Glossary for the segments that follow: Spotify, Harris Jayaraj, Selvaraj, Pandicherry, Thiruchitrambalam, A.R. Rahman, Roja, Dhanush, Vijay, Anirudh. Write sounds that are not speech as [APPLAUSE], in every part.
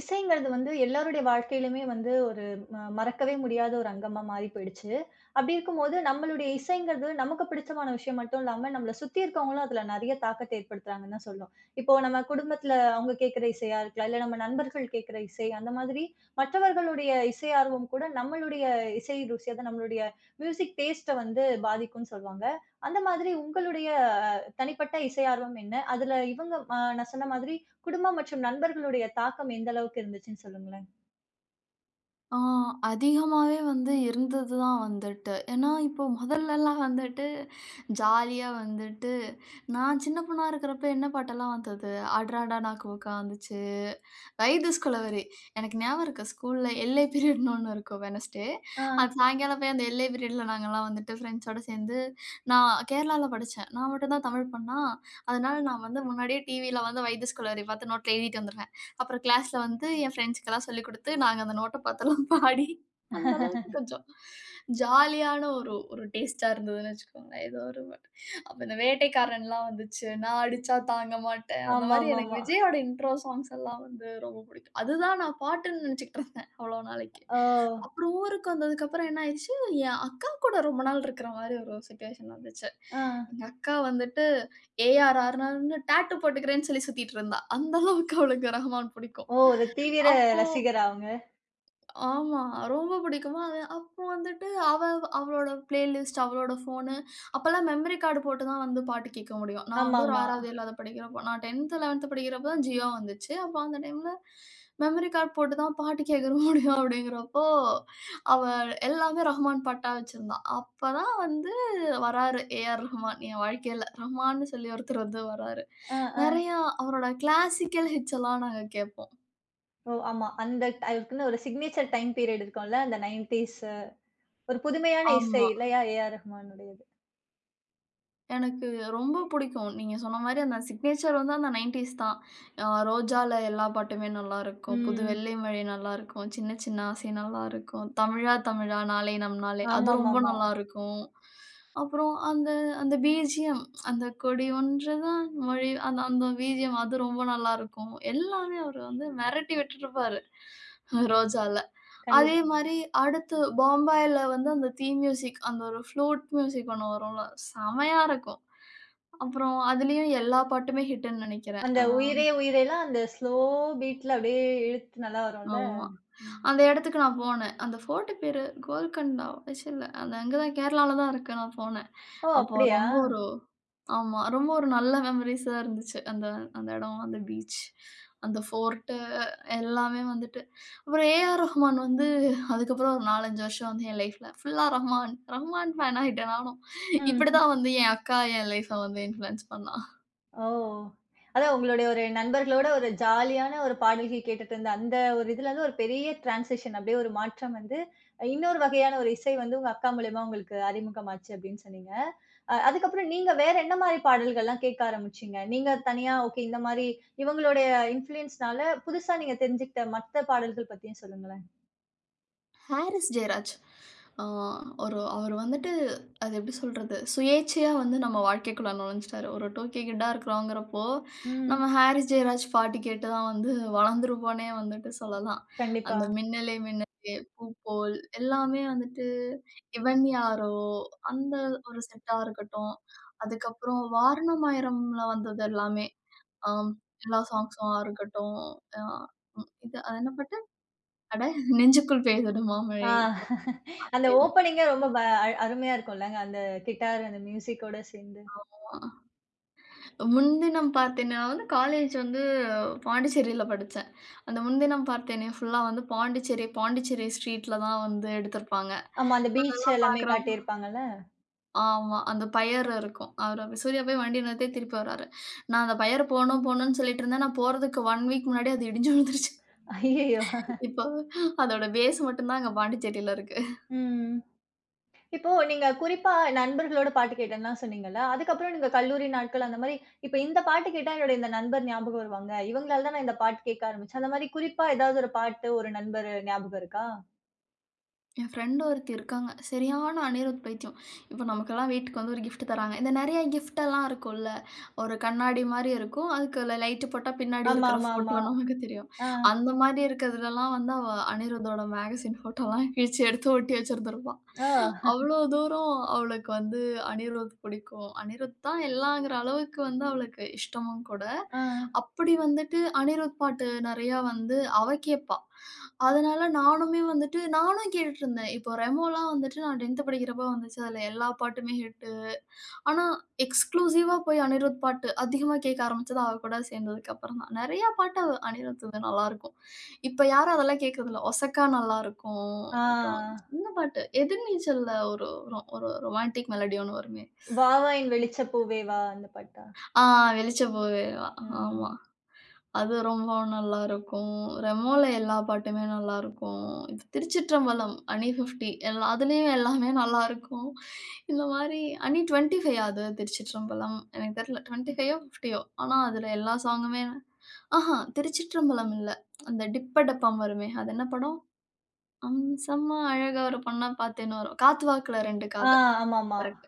இசைங்கிறது வந்து எல்லாருடைய வாழ்க்கையிலுமே வந்து ஒரு மறக்கவே முடியாத ஒரு அங்கமா மாறி போயிடுச்சு. அப்படி இருக்கும்போது, நம்மளுடைய இசைங்கிறது நமக்கு பிடிச்சமான விஷயம் மட்டும் இல்லாம, நம்மள சுத்தி இருக்கவங்களும் அதுல நெறைய தாக்கத்த ஏற்படுத்துறாங்கன்னு தான் சொல்லணும். இப்போ நம்ம குடும்பத்துல அவங்க கேட்கிற இசையா இருக்கலாம், இல்ல நம்ம நண்பர்கள் கேட்கிற இசை, அந்த மாதிரி மற்றவர்களுடைய இசை ஆர்வம் கூட நம்மளுடைய இசை ருசி, அதான் நம்மளுடைய மியூசிக் டேஸ்ட்ட வந்து பாதிக்கும்னு சொல்லுவாங்க. அந்த மாதிரி உங்களுடைய தனிப்பட்ட இசை ஆர்வம் என்ன? அதுல இவங்க நான் சொன்ன மாதிரி குடும்பம் மற்றும் நண்பர்களுடைய தாக்கம் எந்த அளவுக்கு இருந்துச்சுன்னு சொல்லுங்களேன்? ஆ அதிகமாவே வந்து இருந்தது தான் வந்துட்டு. ஏன்னா, இப்போ முதல்லலாம் வந்துட்டு ஜாலியா வந்துட்டு நான் சின்ன பொண்ணா இருக்கிறப்ப என்ன பாட்டெல்லாம் வந்தது? "அடராடா நான் கோக்கா" வந்துச்சு. வயது ஸ்கூலவரு. எனக்கு ஞாபகம் இருக்கு ஸ்கூல்ல எல்ஏ பீரியட்ன்னு ஒண்ணு இருக்கும் வெட்னஸ்டே. அது ஆ. சாயங்காலம் போய் அந்த எல்ஏ பீரியட்ல நாங்கலாம் வந்துட்டு ஃப்ரெண்ட்ஸோட சேர்ந்து நான் கேரளால படிச்சேன். நான் மட்டும் தான் தமிழ் பொண்ணா, அதனால நான் வந்து முன்னாடியே டிவில வந்து வயது ஸ்கூலவரி பார்த்து நோட்ல எழுதிட்டு வந்துருவேன். அப்புறம் கிளாஸ்ல வந்து என் ஃப்ரெண்ட்ஸ்க்கெல்லாம் சொல்லிக் குடுத்து, நாங்க அந்த நோட்ட பார்த்தெல்லாம் [LAUGHS] பாடி, அந்த அளவுக்கு கொஞ்சம் ஜாலியான ஒரு ஒரு டேஸ்ட்டா இருந்ததுன்னு வச்சுக்கோங்களேன். ஏதோ ஒரு அப்ப இந்த வேட்டைக்காரன்லாம் வந்துச்சு, நான் அடிச்சா தாங்க மாட்டேன். அந்த மாரி எனக்கு ஆமாமாமா. விஜயோட இன்ட்ரோ சாங்ஸ் எல்லாம் வந்து ரொம்ப பிடிக்கும். அதுதான் நான் பாட்டுன்னு நெனச்சுக்கிட்டு இருந்தேன் அவ்வளோ நாளைக்கு. ஓ! அப்புறம் ஊருக்கு வந்ததுக்கப்புறம் என்ன ஆயிடுச்சு, என் அக்கா கூட ரொம்ப நாள் இருக்கிற மாரி ஒரு சிச்சுவேஷன் வந்துச்சு. ஆ. எங்க அக்கா வந்துட்டு ஏ.ஆர். ரஹ்மான்னு டாட்டூ போட்டுக்கிறேன்னு சொல்லி சுத்திட்டு இருந்தா. அந்த அளவுக்கு அவளுக்கு ரஹ்மான் பிடிக்கும். ஓ! ஒரு தீவிர அப்போ ரசிகரா அவங்க? ஆமா. ரொம்ப பிடிக்குமா, அது அப்போ வந்துட்டு அவ அவளோட பிளேலிஸ்ட், அவளோட ஃபோனு அப்பலாம் மெமரி கார்டு போட்டு தான் வந்து பாட்டு கேட்க முடியும். நான் வந்து ஒரு ஆமாமா. 6வது, 7வது படிக்கிறப்போ நான் 10த், 11த் படிக்கிறப்போ தான் ஜியோ வந்துச்சு. அப்போ அந்த டைம்ல மெமரி கார்டு போட்டு தான் பாட்டு கேட்க [LAUGHS] முடியும் அப்படிங்கிறப்போ, அவ எல்லாமே ரஹ்மான் பாட்டா வச்சிருந்தா. அப்ப தான் வந்து வராரு ஏ.ஆர். ரஹ்மான் என் வாழ்க்கையில. ரஹ்மான்னு சொல்லி ஒருத்தர் வந்து வராரு. ஆ, ஆ. நெறையா அவரோட கிளாசிக்கல் ஹிட்ஸ் எல்லாம் நாங்க கேட்போம். ஓ! ஆமா. அந்த அதுக்குன்னு ஒரு சிக்னேச்சர் டைம் பீரியட் இருக்கும்ல. அந்த 90ஸ் ஒரு புதுமையான இசை ஆமா. இல்லையா? ஏ.ஆர். ரஹ்மானுடையது. எனக்கு ரொம்ப புடிக்கும். நீங்க சொன்ன மாரி அந்த சிக்னேச்சர் வந்து அந்த 90ஸ் தான். ரோஜால எல்லா பாட்டுமே நல்லாருக்கும். புது ம். வெள்ளை மழை நல்லாருக்கும். சின்ன சின்ன ஆசை நல்லாருக்கும். தமிழா தமிழா நாளை நம் நாளே அது ரொம்ப ஆமாமாமா. நல்லாருக்கும். அப்புறம் அந்த அந்த பிஜிஎம் அந்த கொடி ஒன்றுதான் மொழி அந்த அந்த பிஜிஎம் அது ரொம்ப நல்லாருக்கும். எல்லாமே அவரு வந்து மிரட்டி விட்டுருப்பாரு ரோஜால. அதே கண்டிப்பா. மாரி அடுத்து பம்பாய்ல வந்து அந்த தீம் மியூசிக் அந்த ஒரு ஃப்ளூட் மியூசிக் ஒண்ணு வரும்ல, செமையா இருக்கும். அப்புறம் அதுலயும் எல்லா பாட்டுமே ஹிட்டுன்னு நெனைக்கிறேன். அந்த "உயிரே உயிரேலாம்" அந்த ஸ்லோ பீட்ல அப்படியே இழுத்து நல்லா வரும்ல. ஆமா. ம். அந்த இடத்துக்கு நான் போனேன். அந்த ஃபோர்ட் பேரு கோல்கண்டா ச்ச இல்ல. அது அங்க தான் கேரளால தான் இருக்கு நான் போனேன். ஓ! அப்போ அப்படியா? ரொம்ப ஒரு ஆமா. ரொம்ப ஒரு நல்ல மெமரீஸா இருந்துச்சு. அந்த அந்த இடம், அந்த பீச், அந்த ஃபோர்ட்டு எல்லாமே வந்துட்டு. அப்புறம் ஏ.ஆர். ரஹ்மான் வந்து அதுக்கப்புறம் ஒரு 4, 5 வருஷம் வந்து என் லைஃப்ல ஃபுல்லா ரஹ்மான், ரஹ்மான் ஃபேன் ஆயிட்டேன் நானும். ம். இப்படிதான் வந்து என் அக்கா என் லைஃப்ப வந்து இன்ஃப்ளூயன்ஸ் பண்ணா. ஓ! அதான் உங்களுடைய ஒரு நண்பர்களோட ஒரு ஜாலியான ஒரு பாடல்கள் கேட்டுட்டு இருந்த அந்த ஒரு இதுல இருந்து ஒரு பெரிய டிரான்சிஷன் அப்படியே ஒரு மாற்றம் வந்து, இன்னொரு வகையான ஒரு இசை வந்து உங்க அக்கா மூலியமா உங்களுக்கு அறிமுகமாச்சு அப்படின்னு சொன்னீங்க. அதுக்கப்புறம் நீங்க வேற என்ன மாரி பாடல்கள்லாம் கேட்க ஆரம்பிச்சீங்க? நீங்க தனியா ஓகே இந்த மாரி இவங்களுடைய இன்ஃப்ளூயன்ஸ்னால புதுசா நீங்க தெரிஞ்சுக்கிட்ட மத்த பாடல்கள் பத்தியும் சொல்லுங்களேன். ஹாரிஸ் ஜெயராஜ். ஆ ஒரு அவரு வந்துட்டு அது எப்படி சொல்றது? சுயேச்சையா வந்து நம்ம வாழ்க்கைக்குள்ள நுழைஞ்சுட்டாரு. ஒரு 2கே கிட்டா இருக்கிறோங்கிறப்போ, நம்ம ம். ஹாரிஸ் ஜெயராஜ் பாட்டு கேட்டு தான் வந்து வளர்ந்துருப்போன்னே வந்துட்டு சொல்லலாம். கண்டிப்பா. அந்த "மின்னலே மின்னலே பூ போல்" எல்லாமே வந்துட்டு "இவன் யாரோ" அந்த ஒரு செட்டா இருக்கட்டும். அதுக்கப்புறம் "வாரணமாயிரம்ல" வந்தது எல்லாமே. ஆம் எல்லா சாங்ஸா இருக்கட்டும். ஆ ம் இது அது என்ன பாட்டு? அட "நெஞ்சுக்குள் பெய்திடும் மாமழை." ஆ அந்த ஓப்பனிங்கே ரொம்ப ப அ அருமையா இருக்கும்லங்க. அந்த கிட்டார் அந்த மியூசிக்கோட சேர்ந்து. ஆமா. முன்தினம் பார்த்தேனே நான் வந்து காலேஜ் வந்து பாண்டிச்சேரியில படிச்சேன். அந்த முன்தினம் பார்த்தேனே ஃபுல்லா வந்து பாண்டிச்சேரி, பாண்டிச்சேரி ஸ்ட்ரீட்ல தான் வந்து எடுத்திருப்பாங்க. ஆமா. அந்த பீச் நான்லாம் எல்லாமே பார்க்குறப்போ காட்டியிருப்பாங்கல்ல. ஆமா. அந்த பயர் இருக்கும். அவரு அப்படி சூர்யா போய் வண்டிய நிறுத்தி திருப்பி வர்றாரு. நான் அந்த பயர் போணும் போணும்ன்னு சொல்லிட்டு இருந்தேன். நான் போறதுக்கு 1 வீக் முன்னாடி அது இடிஞ்சு விழுந்துருச்சு. ஐயய்யோ! இப்போ அதோட பேஸ் மட்டும் தான் அங்க பாண்டிச்சேரியில இருக்கு. ம். இப்போ நீங்க குறிப்பா நண்பர்களோட பாட்டு கேட்டேன்லா சொன்னீங்கல்ல. அதுக்கப்புறம் நீங்க கல்லூரி நாட்கள் அந்த மாரி, இப்ப இந்த பாட்டு கேட்டா என்னோட இந்த நண்பர் ஞாபகம் வருவாங்க. இவங்களால தான் நான் இந்த பாட்டு கேட்க ஆரம்பிச்சேன். அந்த மாரி குறிப்பா ஏதாவது ஒரு பாட்டு, ஒரு நண்பர் ஞாபகம் இருக்கா? என் ஃப்ரெண்ட் ஒருத்தி இருக்காங்க. சரியான அனிருத் பைத்தியம். இப்போ நமக்கெல்லாம் வீட்டுக்கு வந்து ஒரு கிஃப்ட் தராங்க. இந்த நெறைய கிஃப்ட்டெல்லாம் இருக்கும்ல. ஒரு கண்ணாடி மாரி இருக்கும். அதுக்குள்ள லைட்டு போட்டா பின்னாடி இருக்கிற ஆமாமாமா. ஃபோட்டோ நமக்கு தெரியும். ஆ. அந்த மாரி இருக்கிறதுலலாம் வந்து அவ அனிருத்தோட மேகசின் ஃபோட்டோலாம் கிழிச்சு எடுத்து ஒட்டி வச்சிருந்திருப்பா. ஓ! அவ்வளோ தூரம் அவளுக்கு வந்து அனிருத் பிடிக்கும். அனிருத் தான் எல்லாங்கிற அளவுக்கு வந்து அவளுக்கு இஷ்டமும் கூட. ஆ. அப்படி வந்துட்டு அனிருத் பாட்டு நெறையா வந்து அவ கேட்பா. அதனால நானுமே வந்துட்டு நானும் கேட்டுட்டுருந்தேன். இப்போ ரெமோலாம் வந்துட்டு நான் 10த் படிக்கிறப்ப வந்துச்சு. அதில எல்லா பாட்டுமே ஹிட்டு. ஆனா, எக்ஸ்க்ளூசிவா போய் அனிருத் பாட்டு அதிகமா கேட்க ஆரம்பிச்சது அவ கூட சேர்ந்ததுக்கப்புறம் தான். நெறையா பாட்டு அனிருத்துது நல்லாருக்கும். இப்ப யாரும் அதெல்லாம் கேட்கறதில்ல. ஒசக்கா நல்லாருக்கும். அப்புறம் ஆ. இந்த பாட்டு எதிர்நீச்சல்ல ஒரு ஒரு ஒரு ரொமான்டிக் மெலோடி ஒண்ணு வருமே. "வா வா என் வெளிச்ச பூவே வா" அந்த பாட்டா? ஆ வெளிச்சப்பூவே வா. ஆமா. ம். அது ரொம்ப நல்லாருக்கும். ரெமோல எல்லா பாட்டுமே நல்லாருக்கும். இப்ப திருச்சிற்றம்பலம், அணி 50 எல்லா அதுலயும் எல்லாமே நல்லாருக்கும். இந்த மாரி அணி 25 அது திருச்சிற்றம்பலம். எனக்கு தெரியல 25ஓ 50ஓ ஆனா அதுல எல்லா சாங்குமே ஆஹா! திருச்சிற்றம்பலம் இல்ல. அந்த டிப்ப டப்பம் வருமே! அது என்ன படம்? அம்சமா அழகா ஒரு பொண்ண பார்த்தேன்னு வரும். காத்து வாக்குல 2 ஆ காதல். ஆமாமா. கரெக்ட்.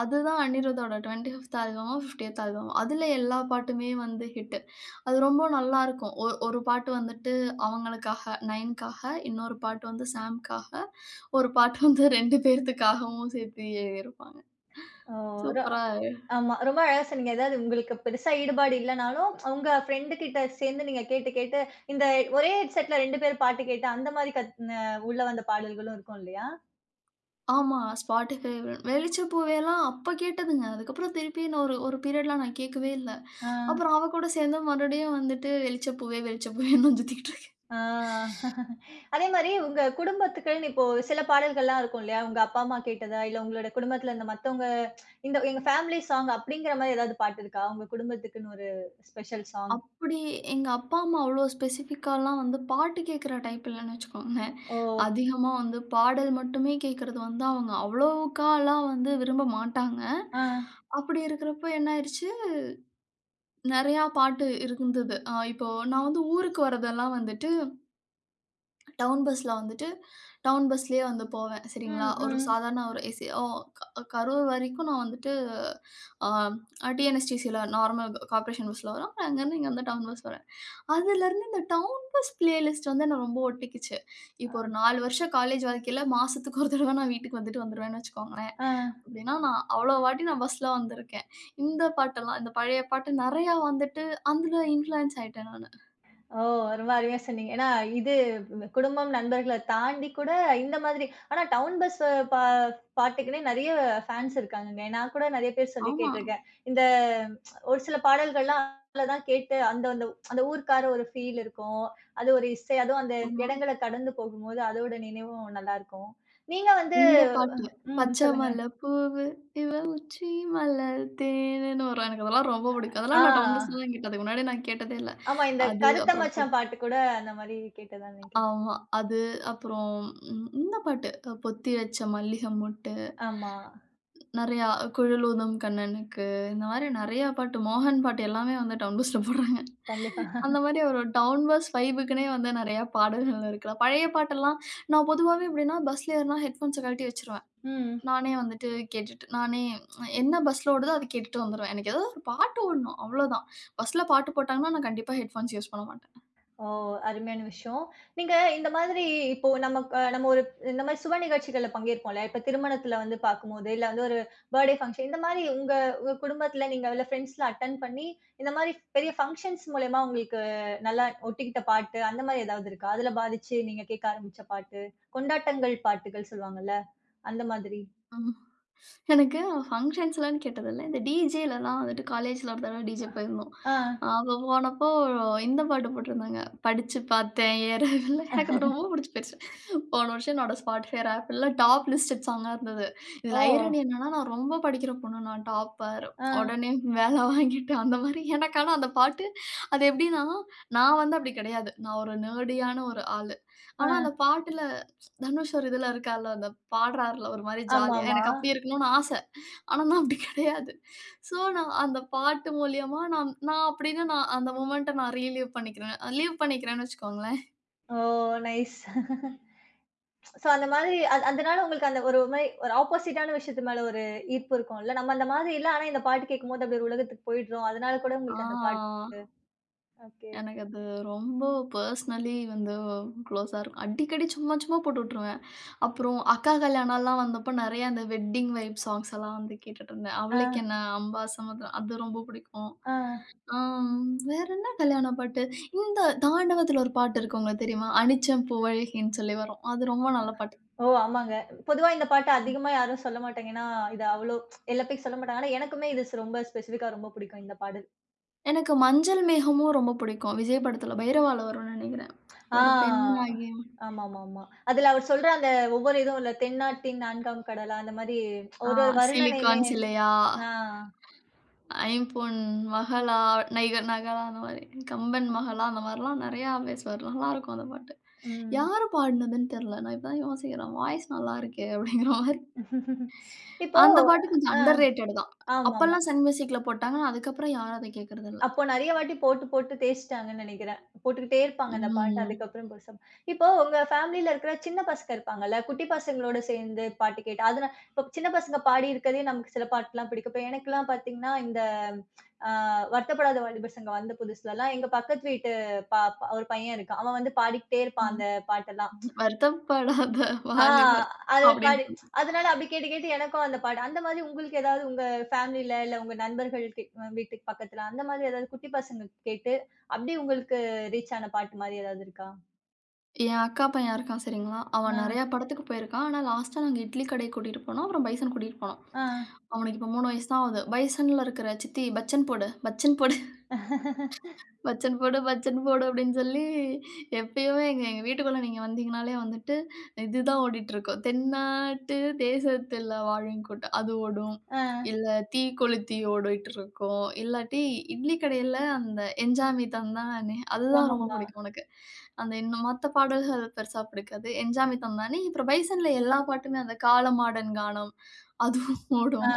அதுதான் அனிருத்தோட 25த் ஆல்பமோ, 50த் ஆல்பமோ. அதுல எல்லா பாட்டுமே வந்து ஹிட்டு. அது ரொம்ப நல்லாருக்கும். ஒ ஒரு ஒரு பாட்டு வந்துட்டு அவங்களுக்காக, நயனுக்காக, இன்னொரு பாட்டு வந்து சாம்க்காக, ஒரு பாட்டு வந்து 2 பேர்த்துக்காகவும் சேர்த்து எழுதியிருப்பாங்க. ஓ! சூப்பரா ஆமா. ரொம்ப அழகா சொன்னீங்க. அதாவது உங்களுக்கு பெருசா ஈடுபாடு இல்லனாலும், உங்க ஃப்ரெண்டு கிட்ட சேர்ந்து நீங்க கேட்டு, கேட்டு இந்த ஒரே ஹெட்செட்ல 2 பேர் பாட்டு கேட்டு, அந்த மாரி கத் அ உள்ள வந்த பாடல்களும் இருக்கும் இல்லையா? ஆமா. Spotify வெளிச்சப்பூவேலாம் அப்ப கேட்டதுங்க. அதுக்கப்புறம் திருப்பி நான் ஒரு ஒரு பீரியட்லாம் நான் கேட்கவே இல்ல. ஆ, அப்புறம் அவ கூட சேர்ந்து மறுபடியும் வந்துட்டு வெளிச்சப்பூவே வெளிச்சப்பூவேன்னு நான் சுத்திக்கிட்டு இருக்கேன். ஆ. அதே மாரி உங்க குடும்பத்துக்குன்னு இப்போ சில பாடல்கள்லாம் இருக்கும் இல்லையா? உங்க அப்பா, அம்மா கேட்டதா? இல்ல உங்களோட குடும்பத்துல இந்த மத்தவங்க இந்த எங்க ஃபேமிலி சாங் அப்படிங்கிற மாரி ஏதாவது பாட்டு இருக்கா? உங்க குடும்பத்துக்குன்னு ஒரு ஸ்பெஷல் சாங். அப்படி எங்க அப்பா, அம்மா அவ்வளோ ஸ்பெசிஃபிக்காலாம் வந்து பாட்டு கேட்குற டைப் இல்லன்னு வச்சுக்கோங்களேன். ஓ! அதிகமா வந்து பாடல் மட்டுமே கேட்கறது வந்து அவங்க அவ்வளோக்காலாம் வந்து விரும்ப மாட்டாங்க. ஆ. அப்படி இருக்கிறப்போ என்ன ஆயிருச்சு, நெறையா பாட்டு இருந்தது. இப்போ நான் வந்து ஊருக்கு வரதெல்லாம் வந்துட்டு டவுன் பஸ்ல வந்துட்டு டவுன் பஸ்லயே வந்து போவேன். சரிங்களா? ம், ஒரு ம். சாதாரண ஒரு ஏசி ஓ க கரூர் வரைக்கும் நான் வந்துட்டு டிஎன்எஸ்டிசில நார்மல் கார்ப்பரேஷன் பஸ்ல வரும். அப்புறம் அங்கேருந்து இங்க வந்து டவுன் பஸ் வரும். அதுலருந்து இந்த டவுன் பஸ் பிளேலிஸ்ட் வந்து என்ன ரொம்ப ஒட்டிக்கிச்சு. இப்போ ஒரு 4 வருஷம் காலேஜ் வாழ்க்கையில மாசத்துக்கு ஒரு தடவ நான் வீட்டுக்கு வந்துட்டு வந்துருவேன்னு வச்சுக்கோங்களேன். ஆ. அப்டின்னா நான் அவ்ளோ வாட்டி நான் பஸ்ல வந்திருக்கேன். இந்த பாட்டெல்லாம் இந்த பழைய பாட்டு நெறையா வந்துட்டு அதுல இன்ஃப்ளூயன்ஸ் ஆயிட்டேன் நானு. ஓ! ரொம்ப அருமையா சொன்னீங்க. ஏன்னா இது குடும்பம், நண்பர்கள தாண்டி கூட இந்த மாதிரி ஆனா டவுன் பஸ் பா பாட்டுக்குன்னே நெறைய ஃபேன்ஸ் இருக்காங்கங்க. நான் கூட நெறைய பேர் சொல்லி ஆமா, கேட்டுருக்கேன். இந்த ஒரு சில பாடல்கள்லாம் அதுல தான் கேட்டு அந்த அந்த அந்த ஊருக்கார ஒரு ஃபீல் இருக்கும். அது ஒரு இசை, அதுவும் அந்த ஆமா. இடங்கள கடந்து போகும்போது அதோட நினைவும் நல்லாருக்கும். நீங்க வந்து இந்த பாட்டு ம் "பச்சை சொல்லுங்க. மல்ல பூவு இவ உச்சி மலர் தேனுன்னு" வரும். எனக்கு அதெல்லாம் ரொம்ப பிடிக்கும். ஆ அதெல்லாம் நான் டவுன் பஸ்லலாம் கேட்டது. அதுக்கு முன்னாடி நான் கேட்டதே இல்ல. ஆமா இந்த அது கருத்த அப்புறம் மச்சான் பாட்டு கூட அந்த மாரி கேட்டதா நெனைக்கிறேன். ஆமா. அது அப்புறம் இந்த பாட்டு, பொத்தி வச்ச மல்லிகை மொட்டு, ஆமா. நெறையா குழலூதும் கண்ணனுக்கு, இந்த மாரி நெறையா பாட்டு, மோகன் பாட்டு எல்லாமே வந்து டவுன் பஸ்ல போடுறாங்க. கண்டிப்பா. அந்த மாரி ஒரு டவுன் பஸ் வைபுக்குன்னே வந்து நெறையா பாடல்கள் இருக்கலாம். பழைய பாட்டெல்லாம் நான் பொதுவாவே எப்படின்னா, பஸ்ல ஏறுனா ஹெட்ஃபோன்ஸ கழட்டி வச்சுருவேன். ம். நானே வந்துட்டு கேட்டுட்டு நானே என்ன பஸ்ல ஓடுதோ அது கேட்டுட்டு வந்துருவேன். எனக்கு ஏதாவது ஒரு பாட்டு ஓடணும், அவ்வளோதான். பஸ்ல பாட்டு போட்டாங்கன்னா நான் கண்டிப்பா ஹெட்ஃபோன்ஸ் யூஸ் பண்ண மாட்டேன். ஓ! அருமையான விஷயம். நீங்க இந்த மாதிரி இப்போ நமக்கு நம்ம ஒரு இந்த மாரி சுப நிகழ்ச்சிகள்ல பங்கேற்போம்ல. இப்ப திருமணத்துல வந்து பார்க்கும்போது, இல்ல வந்து ஒரு பர்த்டே ஃபங்ஷன் இந்த மாரி உங்க உங்க குடும்பத்துல நீங்க இல்ல ஃப்ரெண்ட்ஸ்லாம் அட்டெண்ட் பண்ணி, இந்த மாரி பெரிய ஃபங்ஷன்ஸ் மூலியமா உங்களுக்கு நல்லா ஒட்டிக்கிட்ட பாட்டு, அந்த மாரி ஏதாவது இருக்கா? அதுல பாதிச்சு நீங்க கேட்க ஆரம்பிச்ச பாட்டு, கொண்டாட்டங்கள் பாட்டுகள் சொல்லுவாங்கல்ல, அந்த மாதிரி? ஆமா. எனக்கு ஃபங்ஷன்ஸ்லன்னு கேட்டதில்ல. இந்த டிஜேலலாம் வந்துட்டு காலேஜ்ல ஒரு தடவ டிஜே போயிருந்தோம். ஆ. அப்ப போனப்போ இந்த பாட்டு போட்டிருந்தாங்க. படிச்சு பார்த்தேன் ஏறவில்லை. எனக்கு அது ரொம்ப புடிச்சு போயிருச்சு. போன வருஷம் என்னோட Spotify ரேப்பில்ல டாப் லிஸ்டட் ஸாங்கா இருந்தது. இதில ஓ! ஐராணி என்னன்னா, நான் ரொம்ப படிக்கிற பொண்ணு. நான் டாப்பர். ஆ, உடனே வேலை வாங்கிட்டு அந்த மாரி எனக்கு ஆனா அந்த பாட்டு அது எப்படின்னா, நான் வந்து அப்படி கிடையாது. நான் ஒரு நேர்டியான ஒரு ஆளு. ஆ. ஆனா அந்த பாட்டுல தனுஷ் ஒரு இதுல இருக்கார்ல, அந்த பாடுறார்ல ஒரு மாரி ஜாலியா. ஆமாமா. எனக்கு அப்டி இருக்கணும்னு ஆச. ஆனா, நான் அப்டி கிடையாது. ஸோ, நான் அந்த பாட்டு மூலியமா நான் நான் அப்டின்னு நான் அந்த மொமெண்ட்ட நான் ரீலீவ் பண்ணிக்கிறேன். லீவ் பண்ணிக்கிறேன்னு வச்சுக்கோங்களேன். ஓ! நைஸ். [LAUGHS] சோ அந்த மாதிரி அது அதனால உங்களுக்கு அந்த ஒரு மாரி ஒரு ஆப்போசிட்டான விஷயத்து மேல ஒரு ஈர்ப்பு இருக்கும்ல. நம்ம அந்த மாதிரி இல்ல. ஆனா இந்த பாட்டு கேட்கும்போது அப்டி ஒரு உலகத்துக்கு போயிடுறோம். அதனால கூட உங்களுக்கு அந்த பாட்டு ஆ ஓகே. எனக்கு அது ரொம்ப பெர்சனலி வந்து க்ளோஸா இருக்கும். அடிக்கடி சும்மா சும்மா போட்டு விட்டுருவேன். அப்புறம் அக்கா கல்யாணம்லாம் வந்தப்போ நெறைய அந்த வெட்டிங் வைப் சாங்ஸ் எல்லாம் வந்து கேட்டுட்டு இருந்தேன். ஆ, "அவளுக்கென்ன", "அம்பா சமுத்திரம்" அது ரொம்ப பிடிக்கும். ஆ. ஆம். வேற என்ன கல்யாண பாட்டு? இந்த தாண்டவத்தில ஒரு பாட்டு இருக்கு உங்களுக்கு தெரியுமா? "அனிச்சம் புவழ்கின்னு" சொல்லி வரும். அது ரொம்ப நல்ல பாட்டு. ஓ! ஆமாங்க. பொதுவா இந்த பாட்ட அதிகமா யாரும் சொல்ல மாட்டாங்க. ஏன்னா, இது அவ்ளோ எல்லா பேரும் சொல்ல மாட்டாங்க. ஆனா எனக்குமே இது ரொம்ப ஸ்பெசிஃபிக்கா ரொம்ப பிடிக்கும் இந்த பாடல். எனக்கு "மஞ்சள் மேகமும்" ரொம்ப பிடிக்கும். விஜய் படத்தில பைரவால வரும்னு நெனைக்கிறேன். ஒரு ஆ. பெண்ணாகி ஆமாமாமா. அதுல அவர் சொல்ற அந்த ஒவ்வொரு இதுவும் இல்ல "தென்னாட்டின் நான்காம் கடலா" அந்த மாரி ஆ ஒரு ஒரு வருணனையுமே "சிலிக்கான் சிலையா", ஆ. "ஐம்பொன் மகளா", "நைக நகளா" அந்த மாரி "கம்பன் மகளா" அந்த மாரிலாம் நெறையா பேசுவாரு. நல்லாருக்கும் அந்த பாட்டு. ம். யாரு பாடுனதுன்னு தெர்ல. நான் இப்ப தான் யோசிக்கிறேன். வாய்ஸ் நல்லா இருக்கே! அப்படிங்கிற மாரி. [LAUGHS] இப்போ அந்த பாட்டு கொஞ்சம் ஆ. அண்டர் ரேட்டட் தான். ஆமாமா. அப்பல்லாம் சன் மியூசிக்ல போட்டாங்க. அதுக்கப்புறம் யாரும் அத கேட்கறதில்ல. அப்போ நெறைய வாட்டி போட்டு, போட்டு தேய்ச்சுட்டாங்கன்னு நெனைக்கிறேன். போட்டுக்கிட்டே இருப்பாங்க அந்த பாட்ட. ம். அதுக்கப்புறம் புதுசா இப்போ உங்க ஃபேமிலில இருக்கிற சின்ன பசங்க இருப்பாங்கல்ல, குட்டி பசங்களோட சேர்ந்து பாட்டு கேட்டு அதுனா இப்ப சின்ன பசங்க பாடி இருக்கதே நமக்கு சில பாட்டுலாம் பிடிக்கும். இப்ப எனக்கெல்லாம் பார்த்தீங்கன்னா, இந்த அ வருத்தப்படாத வாலிபர் சங்கம் வந்த புதுசுலலாம், எங்க பக்கத்து வீட்டு பா பா- ஒரு பையன் இருக்கான். அவன் வந்து பாடிக்கிட்டே இருப்பான் ம். அந்த பாட்டெல்லாம். வருத்தப்படாத ஆ. வாலிபர் அது பாடி அப்படின்னு. அதனால அப்படி கேட்டு, கேட்டு எனக்கும் அந்த பாட்டு அந்த மாதிரி உங்களுக்கு ஏதாவது உங்க ஃபேமிலில இல்ல உங்க நண்பர்கள் கி வீட்டுக்கு பக்கத்துல அந்த மாதிரி ஏதாவது குட்டி பசங்க கேட்டு, அப்படியே உங்களுக்கு ரீச் ஆன பாட்டு மாரி ஏதாவது இருக்கா? என் அக்கா பையன் இருக்கான் சரிங்களா? ஆ, அவன் நெறைய படத்துக்கு போயிருக்கான். ஆனா லாஸ்ட்டா நாங்க இட்லி கடைக்கு கூட்டிட்டு போனோம். அப்புறம் பைசன் கூட்டிட்டு போனோம். ஆ. அவனுக்கு இப்போ 3 வயசு தான் ஆகுது. பைசன்ல இருக்கிற சித்தி பச்சன் போடு, பச்சன் போடு. "பச்சன் போடு, பச்சன் போடு" அப்படின்னு சொல்லி எப்பயுமே எங்க எங்க வீட்டுக்குள்ள நீங்க வந்தீங்கனாலே வந்துட்டு, இதுதான் ஓடிட்டுருக்கும். "தென்னாட்டு தேசத்துல வாழும்கூட்டு" அது ஓடும். ஆ. இல்ல "தீ கொளுத்தி" ஓடிட்டுருக்கும். இல்லாட்டி இட்லி கடையில அந்த "என்ஜாமி தந்தானே" அதுதான் ரொம்ப ஆமாமா. பிடிக்கும் உனக்கு. அந்த இன்னும் மத்த பாடல்கள் பெருசா பிடிக்காது. "என்ஜாமி தந்தானே" அப்புறம் பைசன்ல எல்லா பாட்டுமே அந்த "காலமாடன் கானம்" அதுவும் ஆ, ஓடும்.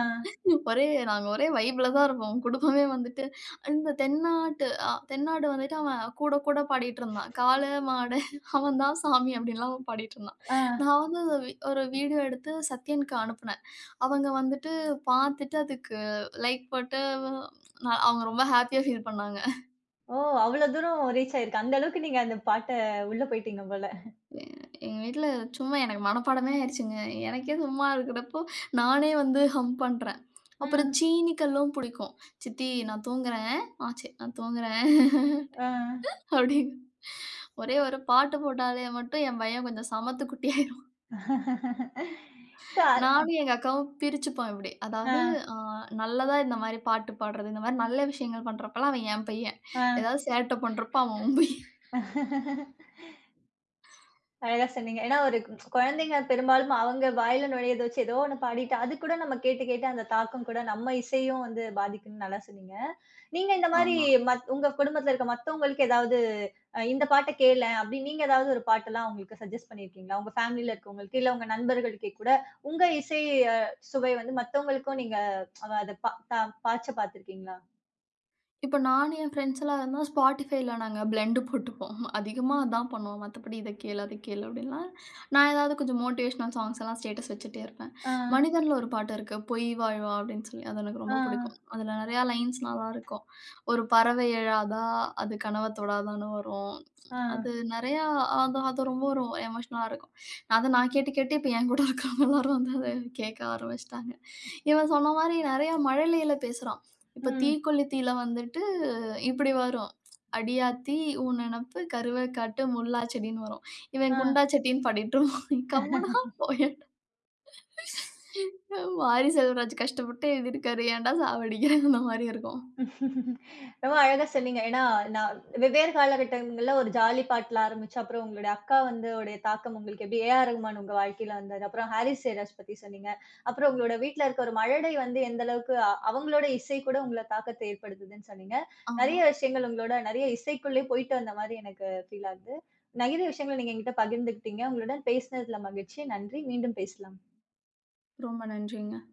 ஒரே நாங்க ஒரே வைப்ல தான் இருப்போம். குடும்பமே வந்துட்டு இந்த தென்னாட்டு தென்னாடு வந்துட்டு அவன் கூட கூட பாடிட்டு இருந்தான். "காள மாட அவன் தான் சாமி" அப்படின்லாம் அவன் பாடிட்டு இருந்தான். ஆ. நான் வந்து அத வி ஒரு வீடியோ எடுத்து சத்யனுக்கு அனுப்புனேன். அவங்க வந்துட்டு பார்த்துட்டு அதுக்கு லைக் போட்டு நான் அவங்க ரொம்ப ஹேப்பியா ஃபீல் பண்ணாங்க. ஓ! அவ்ளோ தூரம் ரீச் ஆயிருக்கு. அந்த அளவுக்கு நீங்க அந்த பாட்ட உள்ள போயிட்டீங்க போல. எ எங்க வீட்ல சும்மா எனக்கு மனப்பாடமே ஆயிருச்சுங்க. எனக்கே சும்மா இருக்கிறப்போ நானே வந்து ஹம் பண்றேன். அப்புறம் ம். சீனிக்கல்லும் புடிக்கும். "சித்தி நான் தூங்குறேன். ஆ சரி நான் தூங்குறேன்." ஆ. அப்டின்னு ஒரே ஒரு பாட்டு போட்டாலே மட்டும் என் பையன் கொஞ்சம் சமத்து குட்டியாயிரும். [LAUGHS] சோ அ நானும் எங்க அக்காவும் பிரிச்சுப்போம் இப்டி. அதாவது அ நல்லதா இந்த மாரி பாட்டு பாடுறது, இந்த மாரி நல்ல விஷயங்கள் பண்றப்பலாம் அவன் என் பையன். ஆ, ஏதாவது சேட்ட பண்றப்ப அவன் உன் பையன். ஆ. அழகா சொன்னீங்க. ஏன்னா ஒரு குழந்தைங்க பெரும்பாலும் அவங்க வாயில நுழையத வச்சு ஏதோ ஒண்ணு பாடிட்டு, அது கூட நம்ம கேட்டு, கேட்டு அந்த தாக்கம் கூட நம்ம இசையும் வந்து பாதிக்கும்னு நல்லா சொன்னீங்க. நீங்க இந்த மாரி ஆமா. உங்க குடும்பத்துல இருக்க மத்தவங்களுக்கு ஏதாவது இந்த பாட்ட கேளேன் அப்படின்னு நீங்க ஏதாவது ஒரு பாட்டெல்லாம் அவங்களுக்கு சஜெஸ்ட் பண்ணியிருக்கீங்களா? உங்க ஃபேமிலில இருக்கவங்களுக்கு, இல்ல உங்க நண்பர்களுக்கே கூட உங்க இசை அ சுவை வந்து மத்தவங்களுக்கும் நீங்க அத பா பா பாய்ச்ச பார்த்துருக்கீங்களா? இப்ப நானு, என் ஃப்ரெண்ட்ஸ் எல்லாம் இருந்தா Spotifyல நாங்க பிளெண்ட் போட்டுப்போம். அதிகமா அதான் பண்ணுவோம். மத்தபடி இத கேளு, அத கேளு அப்படின்லாம் நான் ஏதாவது கொஞ்சம் மோட்டிவேஷனல் சாங்ஸ் எல்லாம் ஸ்டேட்டஸ் வச்சுட்டே இருப்பேன். ஆ, மனிதன்ல ஒரு பாட்டு இருக்கு. பொய் வாழ்வா அப்படின்னு சொல்லி. அது எனக்கு ஆ, ரொம்ப பிடிக்கும். அதுல நெறையா லைன்ஸ் நல்லா இருக்கும். ஒரு பறவை எழாதா, அது கனவ தொடாதான்னு வரும். ஆ, அது நெறையா அது அது ரொம்ப ஒரு எமோஷனலா இருக்கும். அத நான் கேட்டு கேட்டு இப்ப என் கூட இருக்கிறவங்க எல்லாரும் வந்து அத கேட்க ஆரம்பிச்சுட்டாங்க. இவன் சொன்ன மாரி நெறையா மழலையில பேசுறான். இப்ப ம், தீக்கொளுத்தியில வந்துட்டு இப்படி வரும். "அடியாத்தி உன் நினப்பு கருவை காட்டு முல்லா செடின்னு" வரும். இவன் ஆ. குண்டா செட்டின்னு பாடிட்டு இருப்பான். கம்முனா போயேன். வாரி [LAUGHS] செல்வராஜ் கஷ்டப்பட்டு எழுதியிருக்காரு. ஏன்டா சாவடிக்கிறேன் அந்த மாரி இருக்கும். [LAUGHS] ரொம்ப அழகா சொன்னீங்க. ஏன்னா, நான் வெவ்வேறு காலகட்டங்கள்ல ஒரு ஜாலி பாட்டுல ஆரம்பிச்சு, அப்புறம் உங்களுடைய அக்கா வந்து உடைய தாக்கம் உங்களுக்கு எப்படி ஏ.ஆர். ரகுமான் உங்க வாழ்க்கையில வந்தது. அப்புறம் ஹாரிஸ் ஜெயராஜ் பத்தி சொன்னீங்க. அப்புறம் உங்களோட வீட்ல இருக்க ஒரு மழலை வந்து எந்த அளவுக்கு அவங்களோட இசை கூட உங்கள தாக்கத்த ஏற்படுத்துதுன்னு சொன்னீங்க. ஆமா. நெறைய விஷயங்கள் உங்களோட நெறைய இசைக்குள்ளயே போயிட்டு வந்த மாரி எனக்கு ஃபீல் ஆகுது. நெறைய விஷயங்கள நீங்க என்கிட்ட பகிர்ந்துக்கிட்டீங்க. உங்களுடன் பேசினதுல மகிழ்ச்சி. நன்றி. மீண்டும் பேசலாம். ரொம்ப நன்றிங்க.